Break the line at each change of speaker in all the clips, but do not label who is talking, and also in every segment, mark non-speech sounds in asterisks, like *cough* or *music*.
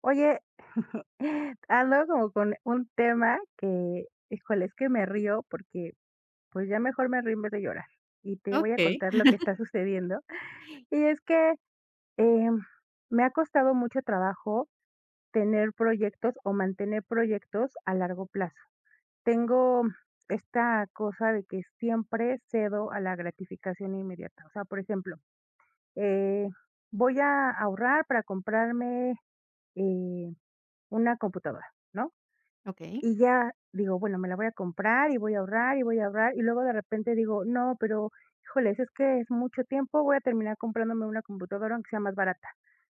Oye, *laughs* ando como con un tema que, híjole, es que me río porque pues ya mejor me río en vez de llorar. Y te voy a
Okey.
contar lo que está sucediendo. Y es que em, me ha costado mucho trabajo tener proyectos o mantener proyectos a largo plazo. Tengo esta cosa de que siempre cedo a la gratificación inmediata. O sea, por ejemplo, eh, voy a ahorrar para comprarme eh, una computadora, ¿no?
Okey.
Y ya digo, bueno, me la voy a comprar y voy a ahorrar y voy a ahorrar, y luego de repente digo, no, pero híjoles, es que es mucho tiempo, voy a terminar comprándome una computadora aunque sea más barata.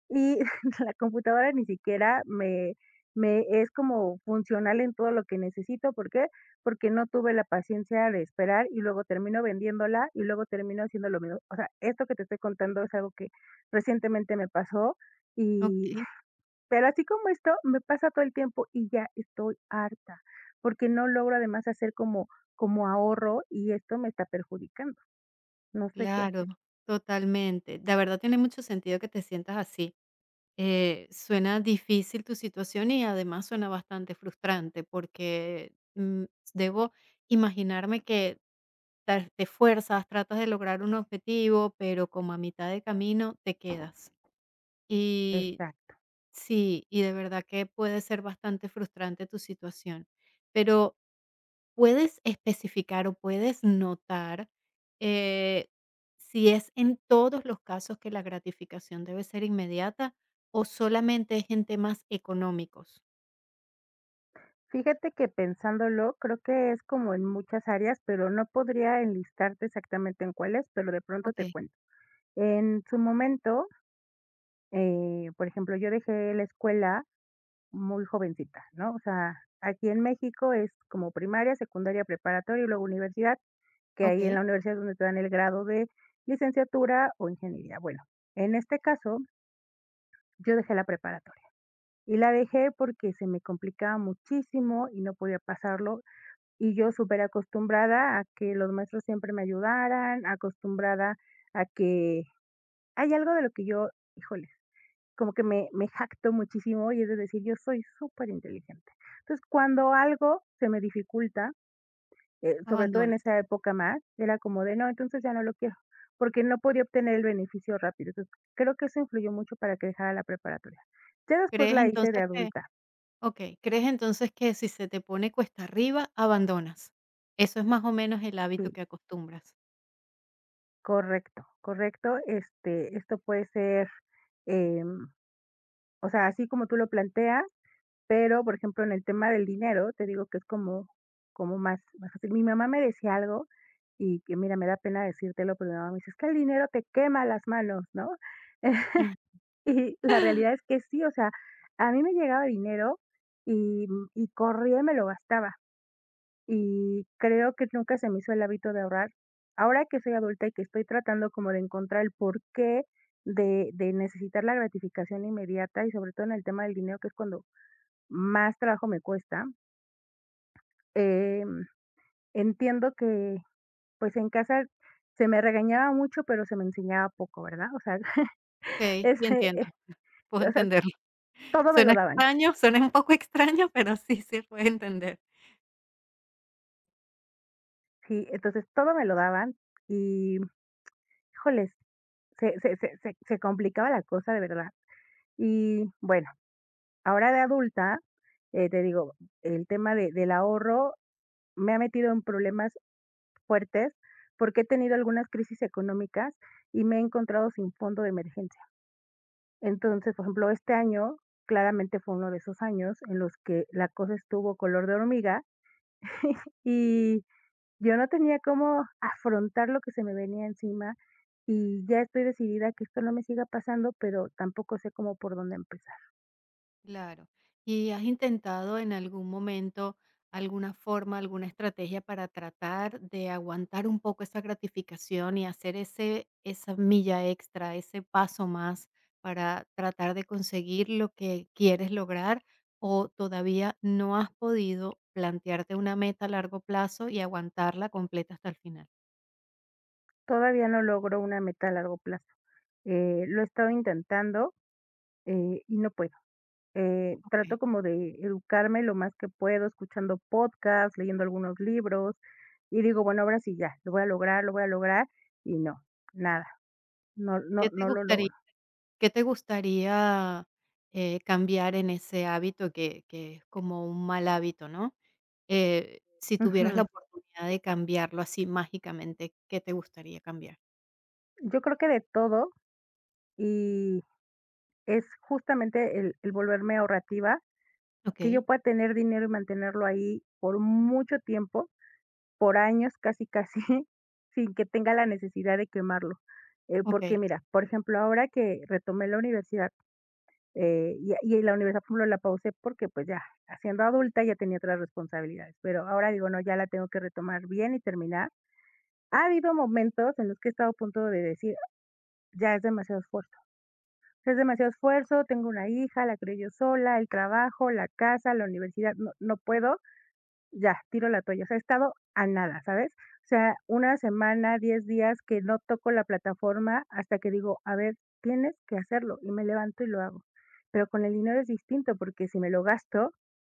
Y *laughs* la computadora ni siquiera me es como funcional en todo lo que necesito. ¿Por qué? Porque no tuve la paciencia de esperar y luego termino vendiéndola y luego termino haciendo lo mismo. O sea, esto que te estoy contando es algo que recientemente me pasó y
Okey,
pero así como esto, me pasa todo el tiempo y ya estoy harta, porque no logro además hacer como ahorro y esto me está perjudicando. No sé qué
claro,
hacer.
totalmente. La verdad tiene mucho sentido que te sientas así. Suena difícil tu situación y además suena bastante frustrante porque, debo imaginarme que ta te esfuerzas, tratas de lograr un objetivo, pero como a mitad de camino te quedas. Y
Exacto.
sí, y de verdad que puede ser bastante frustrante tu situación. Pero, puedes especificar o puedes notar, eh, si es en todos los casos que la gratificación debe ser inmediata o solamente es en temas económicos.
Fíjate que pensándolo, creo que es como en muchas áreas, pero no podría enlistarte exactamente en cuáles, pero de pronto te
Okey,
cuento. En su momento, por ejemplo, yo dejé la escuela muy jovencita, ¿no? O sea, aquí en México es como primaria, secundaria, preparatoria y luego universidad, que ahí en
okey,
la universidad donde te dan el grado de licenciatura o ingeniería. Bueno, en este caso, yo dejé la preparatoria y la dejé porque se me complicaba muchísimo y no podía pasarlo. Y yo súper acostumbrada a que los maestros siempre me ayudaran, acostumbrada a que hay algo de lo que yo, híjole, como que me jacto muchísimo y es de decir, yo soy súper inteligente. Entonces, cuando algo se me dificulta, sobre todo en
abandonas.
esa época más, era como de: "No, entonces ya no lo quiero", porque no podía obtener el beneficio rápido. Entonces, creo que eso influyó mucho para que dejara la preparatoria. Ya después
¿Crees
la hice de
entonces que?
adulta.
Okey, ¿crees entonces que si se te pone cuesta arriba, abandonas? Eso es más o menos el hábito
Sí,
que acostumbras.
correcto, correcto. Este, esto puede ser, em, o sea, así como tú lo planteas, pero, por ejemplo, en el tema del dinero, te digo que es como como más fácil. Mi mamá me decía algo y que mira, me da pena decírtelo, pero mi mamá me dice: "Es que el dinero te quema las manos", ¿no? *laughs*
Ah,
Y la realidad es que sí, o sea, a mí me llegaba dinero y corría y me lo gastaba. Y creo que nunca se me hizo el hábito de ahorrar. Ahora que soy adulta y que estoy tratando como de encontrar el porqué de necesitar la gratificación inmediata y sobre todo en el tema del dinero, que es cuando más trabajo me cuesta, em, entiendo que pues en casa se me regañaba mucho, pero se me enseñaba poco, ¿verdad? O sea, *laughs*
okey, sí
ese, eh,
entiendo, puedo
o sea,
entenderlo. *laughs*
todo me lo
Suena
daban.
extraño, suena un poco extraño, pero sí se puede entender.
Sí, entonces todo me lo daban y, híjoles, se complicaba la cosa de verdad. Y bueno, ahora de adulta, te digo, el tema de del ahorro me ha metido en problemas fuertes, porque he tenido algunas crisis económicas y me he encontrado sin fondo de emergencia. Entonces, por ejemplo, este año claramente fue uno de esos años en los que la cosa estuvo color de hormiga y yo no tenía cómo afrontar lo que se me venía encima y ya estoy decidida a que esto no me siga pasando, pero tampoco sé cómo por dónde empezar.
Claro. ¿Y has intentado en algún momento alguna forma, alguna estrategia para tratar de aguantar un poco esa gratificación y hacer ese, esa milla extra, ese paso más para tratar de conseguir lo que quieres lograr? ¿O todavía no has podido plantearte una meta a largo plazo y aguantarla completa hasta el final?
Todavía no logro una meta a largo plazo. Lo he estado intentando y no puedo.
Okay.
Trato como de educarme lo más que puedo, escuchando podcasts, leyendo algunos libros y digo, bueno, ahora sí ya, lo voy a lograr, lo voy a lograr y no, nada, no, no,
¿Qué te
no lo
gustaría,
logro.
qué te gustaría cambiar en ese hábito que es como un mal hábito, ¿no? Si tuvieras la
Ujú.
oportunidad de cambiarlo así mágicamente, ¿qué te gustaría cambiar?
Yo creo que de todo es justamente el volverme ahorrativa, que
Okey,
yo pueda tener dinero y mantenerlo ahí por mucho tiempo, por años, casi, casi, *laughs* sin que tenga la necesidad de quemarlo. Porque
okey.
mira, por ejemplo, ahora que retomé la universidad, y la universidad, por ejemplo, la pausé porque, pues, ya siendo adulta ya tenía otras responsabilidades, pero ahora digo: "No, ya la tengo que retomar bien y terminar". Ha habido momentos en los que he estado a punto de decir: "Ya es demasiado esfuerzo". Es demasiado esfuerzo, tengo una hija, la crié yo sola, el trabajo, la casa, la universidad, no puedo, ya, tiro la toalla. O sea, he estado a nada, ¿sabes? O sea, una semana, 10 días que no toco la plataforma hasta que digo, a ver, tienes que hacerlo y me levanto y lo hago. Pero con el dinero es distinto porque si me lo gasto,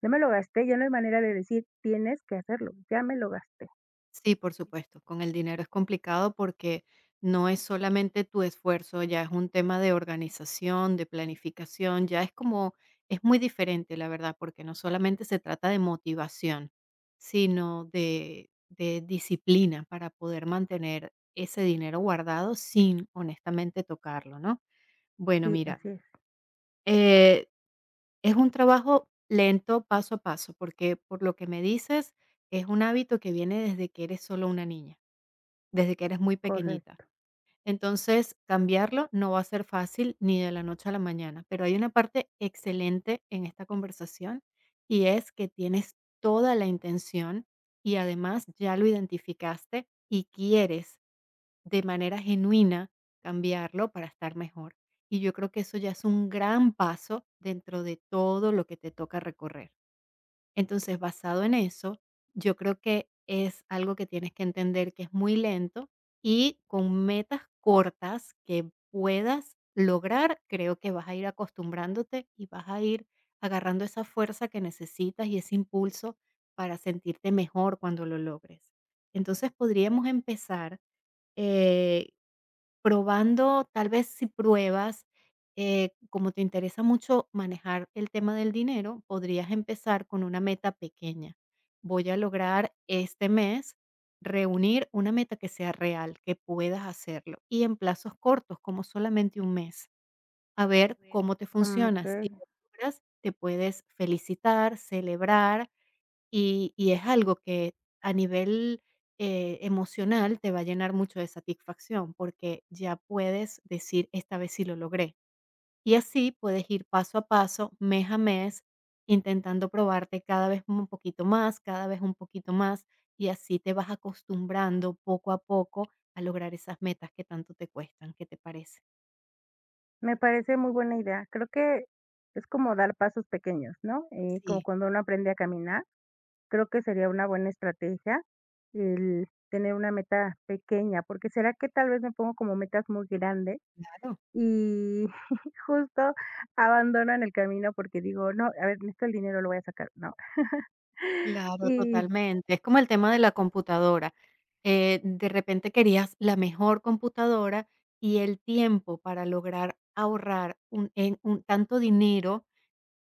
ya me lo gasté, ya no hay manera de decir, tienes que hacerlo, ya me lo gasté.
Sí, por supuesto, con el dinero es complicado porque no es solamente tu esfuerzo, ya es un tema de organización, de planificación, ya es como es muy diferente, la verdad, porque no solamente se trata de motivación, sino de disciplina para poder mantener ese dinero guardado sin honestamente tocarlo, ¿no? Bueno,
Sí, bueno,
mira,
así es,
eh es un trabajo lento, paso a paso, porque por lo que me dices, es un hábito que viene desde que eres solo una niña, desde que eres muy pequeñita.
correcto.
Entonces, cambiarlo no va a ser fácil ni de la noche a la mañana, pero hay una parte excelente en esta conversación y es que tienes toda la intención y además ya lo identificaste y quieres de manera genuina cambiarlo para estar mejor. Y yo creo que eso ya es un gran paso dentro de todo lo que te toca recorrer. Entonces, basado en eso, yo creo que es algo que tienes que entender que es muy lento y con metas cortas que puedas lograr, creo que vas a ir acostumbrándote y vas a ir agarrando esa fuerza que necesitas y ese impulso para sentirte mejor cuando lo logres. Entonces podríamos empezar eh, Probando, tal vez si pruebas, como te interesa mucho manejar el tema del dinero, podrías empezar con una meta pequeña. Voy a lograr este mes reunir una meta que sea real, que puedas hacerlo y en plazos cortos, como solamente un mes. A ver cómo te
Mm, ok.
funciona. Si lo logras, te puedes felicitar, celebrar y es algo que a nivel, emocional te va a llenar mucho de satisfacción, porque ya puedes decir: "Esta vez sí lo logré". Y así puedes ir paso a paso, mes a mes, intentando probarte cada vez un poquito más, cada vez un poquito más, y así te vas acostumbrando poco a poco a lograr esas metas que tanto te cuestan. ¿Qué te parece?
Me parece muy buena idea. Creo que es como dar pasos pequeños, ¿no? Como
Sí,
cuando uno aprende a caminar, creo que sería una buena estrategia el tener una meta pequeña, porque será que tal vez me pongo como metas muy grandes
claro.
y *laughs* justo abandono en el camino porque digo, no, a ver, necesito el dinero, lo voy a sacar, ¿no?
Claro,
Y
totalmente. Es como el tema de la computadora. De repente querías la mejor computadora y el tiempo para lograr ahorrar un en un tanto dinero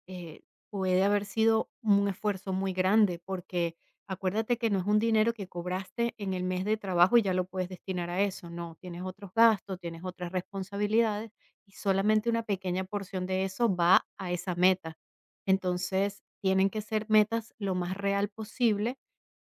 eh, puede haber sido un esfuerzo muy grande, porque acuérdate que no es un dinero que cobraste en el mes de trabajo y ya lo puedes destinar a eso, no, tienes otros gastos, tienes otras responsabilidades y solamente una pequeña porción de eso va a esa meta. Entonces, tienen que ser metas lo más real posible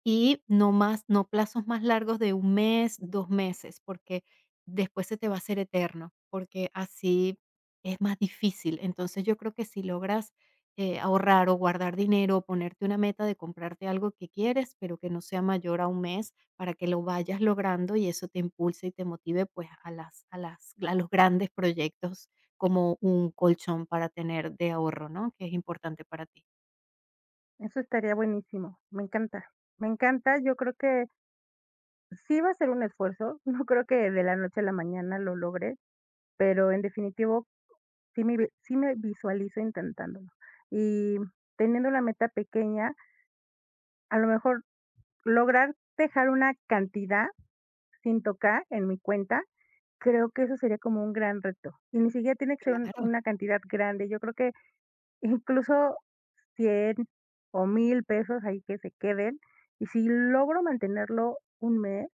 y no más, no plazos más largos de un mes, 2 meses, porque después se te va a hacer eterno, porque así es más difícil. Entonces, yo creo que si logras, ahorrar o guardar dinero, o ponerte una meta de comprarte algo que quieres, pero que no sea mayor a un mes, para que lo vayas logrando y eso te impulse y te motive, pues, a los grandes proyectos como un colchón para tener de ahorro, ¿no? Que es importante para ti.
eso estaría buenísimo, me encanta, yo creo que sí va a ser un esfuerzo, *laughs* no creo que de la noche a la mañana lo logre, pero en definitivo Sí me vi sí me visualizo intentándolo. Y teniendo la meta pequeña, a lo mejor lograr dejar una cantidad sin tocar en mi cuenta, creo que eso sería como un gran reto. Y ni siquiera tiene que ser un
Claro,
una cantidad grande. Yo creo que incluso 100 o 1,000 pesos ahí que se queden, y si logro mantenerlo un mes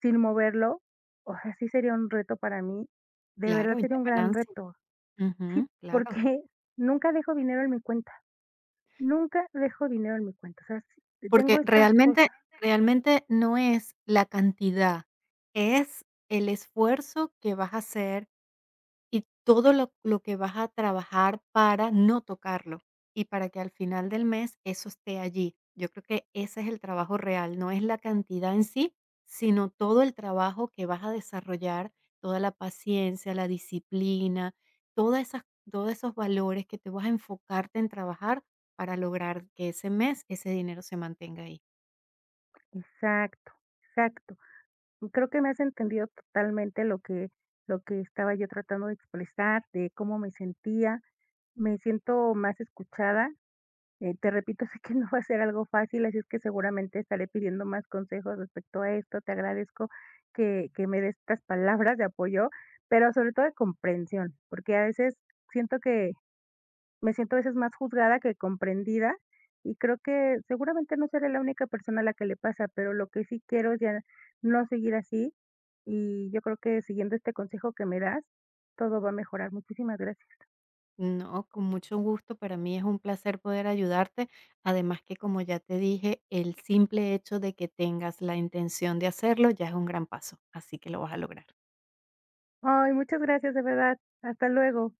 sin moverlo, o sea, sí sería un reto para mí. De verdad
claro, ya
sería un gran
ganancia.
reto. Sí,
Ujú, claro.
porque *laughs* nunca dejo dinero en mi cuenta. Nunca dejo dinero en mi cuenta, o sea, sí tengo
Porque
estas cosas.
realmente no es la cantidad, es el esfuerzo que vas a hacer y todo lo que vas a trabajar para no tocarlo y para que al final del mes eso esté allí. Yo creo que ese es el trabajo real, no es la cantidad en sí, sino todo el trabajo que vas a desarrollar, toda la paciencia, la disciplina, todas esas todos esos valores que te vas a enfocarte en trabajar para lograr que ese mes ese dinero se mantenga ahí.
Bloquear. Exacto, exacto. Y creo que me has entendido totalmente lo que estaba yo tratando de expresar, de cómo me sentía. Me siento más escuchada. Te repito, *laughs* sé que no va a ser algo fácil, así es que seguramente estaré pidiendo más consejos respecto a esto. Te agradezco que me des estas palabras de apoyo, pero sobre todo de comprensión, porque a veces siento que me siento a veces más juzgada que comprendida, y creo que seguramente no seré la única persona a la que le pasa, pero lo que sí quiero es ya no seguir así, y yo creo que siguiendo este consejo que me das, todo va a mejorar. Muchísimas gracias.
No, con mucho gusto. Para mí es un placer poder ayudarte. Además que, como ya te dije, el simple hecho de que tengas la intención de hacerlo ya es un gran paso, así que lo vas a lograr.
Ay, muchas gracias, de verdad. Hasta luego.